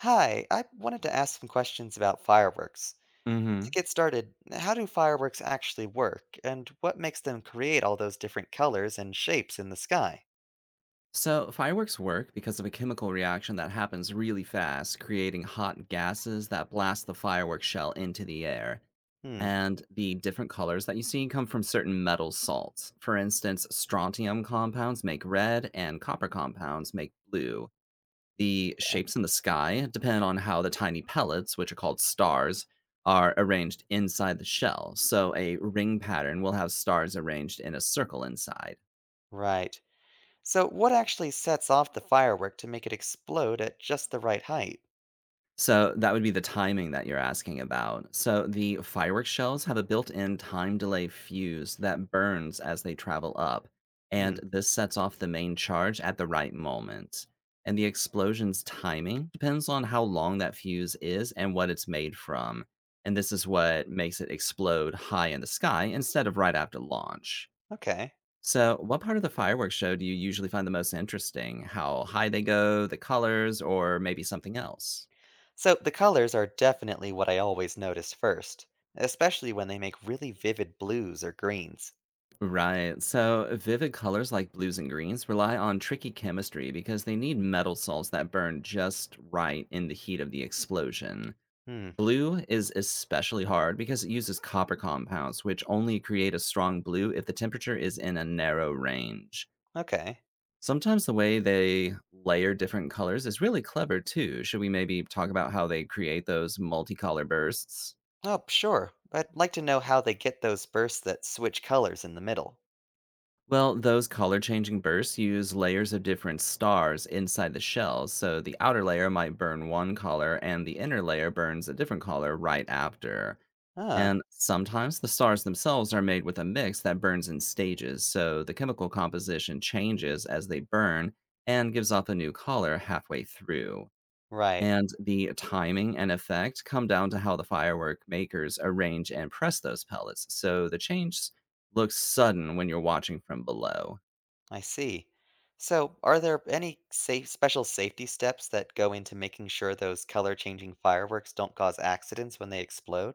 Hi, I wanted to ask some questions about fireworks. To Mhm. get started, how do fireworks actually work, and what makes them create all those different colors and shapes in the sky? So, fireworks work because of a chemical reaction that happens really fast, creating hot gases that blast the fireworks shell into the air. Hmm, And the different colors that you see come from certain metal salts. For instance, strontium compounds make red, and copper compounds make blue. The shapes in the sky depend on how the tiny pellets, which are called stars, are arranged inside the shell. So, a ring pattern will have stars arranged in a circle inside. right. So, what actually sets off the firework to make it explode at just the right height? So that would be the timing that you're asking about. So the fireworks shells have a built-in time delay fuse that burns as they travel up, and Hmm, this sets off the main charge at the right moment. And the explosion's timing depends on how long that fuse is and what it's made from. And this is what makes it explode high in the sky instead of right after launch. okay. So, what part of the fireworks show do you usually find the most interesting? How high they go, the colors, or maybe something else? So, the colors are definitely what I always notice first, especially when they make really vivid blues or greens. Right. So vivid colors like blues and greens rely on tricky chemistry because they need metal salts that burn just right in the heat of the explosion. Hmm, Blue is especially hard because it uses copper compounds, which only create a strong blue if the temperature is in a narrow range. okay. Sometimes the way they layer different colors is really clever too. Should we maybe talk about how they create those multicolor bursts? Oh, sure. I'd like to know how they get those bursts that switch colors in the middle. Well, those color changing bursts use layers of different stars inside the shell, so the outer layer might burn one color and the inner layer burns a different color right after. Ah, And sometimes the stars themselves are made with a mix that burns in stages, so the chemical composition changes as they burn and gives off a new color halfway through. right. And the timing and effect come down to how the firework makers arrange and press those pellets, so the change looks sudden when you're watching from below. I see. So, are there any safe, special safety steps that go into making sure those color changing fireworks don't cause accidents when they explode?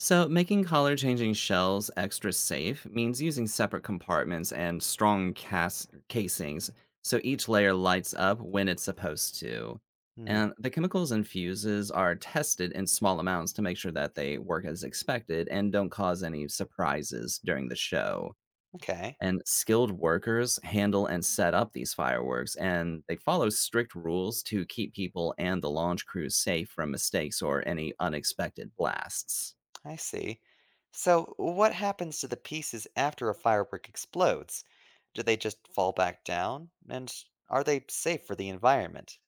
So, making color changing shells extra safe means using separate compartments and strong casings so each layer lights up when it's supposed to. Hmm, And the chemicals and fuses are tested in small amounts to make sure that they work as expected and don't cause any surprises during the show. okay. And skilled workers handle and set up these fireworks, and they follow strict rules to keep people and the launch crews safe from mistakes or any unexpected blasts. I see. So, what happens to the pieces after a firework explodes? Do they just fall back down? And are they safe for the environment?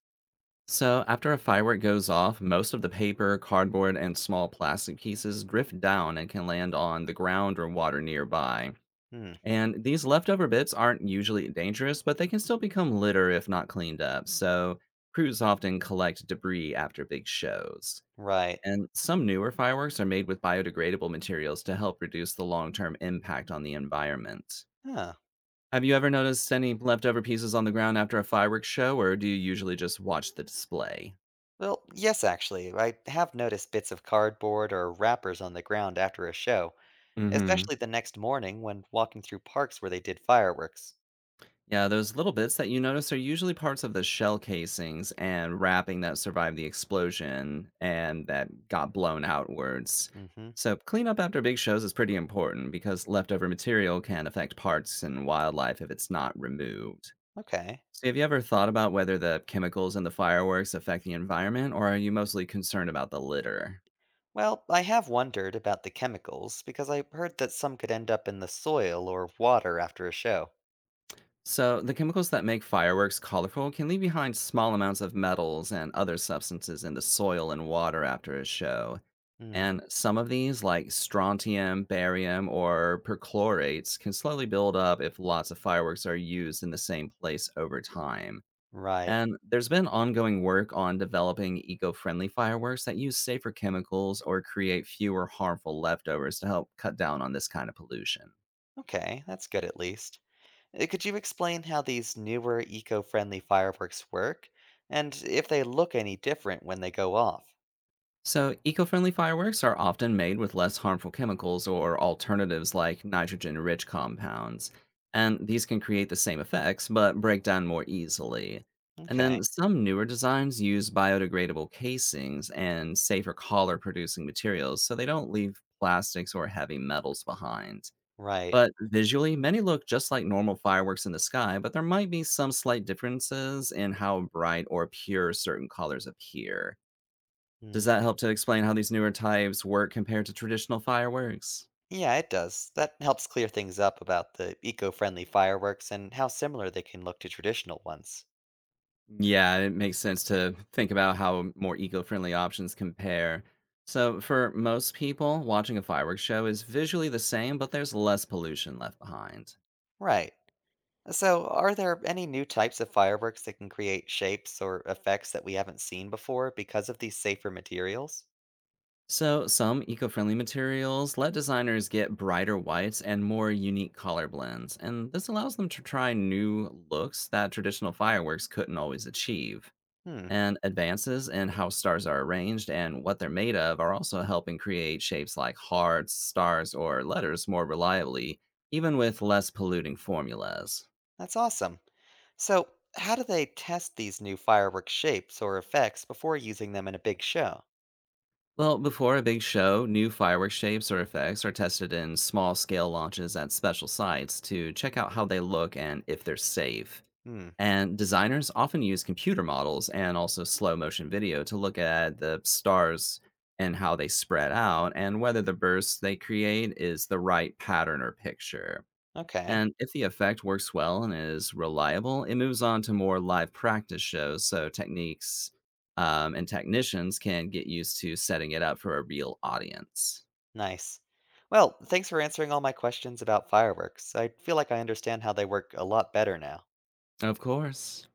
So, after a firework goes off, most of the paper, cardboard, and small plastic pieces drift down and can land on the ground or water nearby. Hmm, And these leftover bits aren't usually dangerous, but they can still become litter if not cleaned up. So, crews often collect debris after big shows. right. And some newer fireworks are made with biodegradable materials to help reduce the long term impact on the environment. Huh. Have you ever noticed any leftover pieces on the ground after a fireworks show, or do you usually just watch the display? Well, yes, actually. I have noticed bits of cardboard or wrappers on the ground after a show. Mm Especially hmm. the next morning when walking through parks where they did fireworks. Yeah, those little bits that you notice are usually parts of the shell casings and wrapping that survived the explosion and that got blown outwards. Hmm. So, cleanup after big shows is pretty important because leftover material can affect parts and wildlife if it's not removed. Okay. So, have you ever thought about whether the chemicals in the fireworks affect the environment, or are you mostly concerned about the litter? Well, I have wondered about the chemicals because I heard that some could end up in the soil or water after a show. So, the chemicals that make fireworks colorful can leave behind small amounts of metals and other substances in the soil and water after a show. Hmm. And some of these, like strontium, barium, or perchlorates, can slowly build up if lots of fireworks are used in the same place over time. Right. And there's been ongoing work on developing eco friendly fireworks that use safer chemicals or create fewer harmful leftovers to help cut down on this kind of pollution. Okay, that's good at least. Could you explain how these newer eco friendly fireworks work and if they look any different when they go off? So, eco friendly fireworks are often made with less harmful chemicals or alternatives like nitrogen rich compounds. And these can create the same effects but break down more easily. And Okay. then some newer designs use biodegradable casings and safer color producing materials so they don't leave plastics or heavy metals behind. Right. But visually, many look just like normal fireworks in the sky, but there might be some slight differences in how bright or pure certain colors appear. Does Hmm. that help to explain how these newer types work compared to traditional fireworks? Yeah, it does. That helps clear things up about the eco friendly fireworks and how similar they can look to traditional ones. Yeah, it makes sense to think about how more eco friendly options compare. So, for most people, watching a fireworks show is visually the same, but there's less pollution left behind. Right. So, are there any new types of fireworks that can create shapes or effects that we haven't seen before because of these safer materials? So, some eco friendly materials let designers get brighter whites and more unique color blends, and this allows them to try new looks that traditional fireworks couldn't always achieve. Hmm, And advances in how stars are arranged and what they're made of are also helping create shapes like hearts, stars, or letters more reliably, even with less polluting formulas. that's awesome. So, how do they test these new firework shapes or effects before using them in a big show? Well, before a big show, new fireworks shapes or effects are tested in small scale launches at special sites to check out how they look and if they're safe. Hmm, And designers often use computer models and also slow motion video to look at the stars and how they spread out and whether the bursts they create is the right pattern or picture. okay, And if the effect works well and is reliable, it moves on to more live practice shows so techniques and technicians can get used to setting it up for a real audience. nice. Well, thanks for answering all my questions about fireworks. I feel like I understand how they work a lot better now. Of course.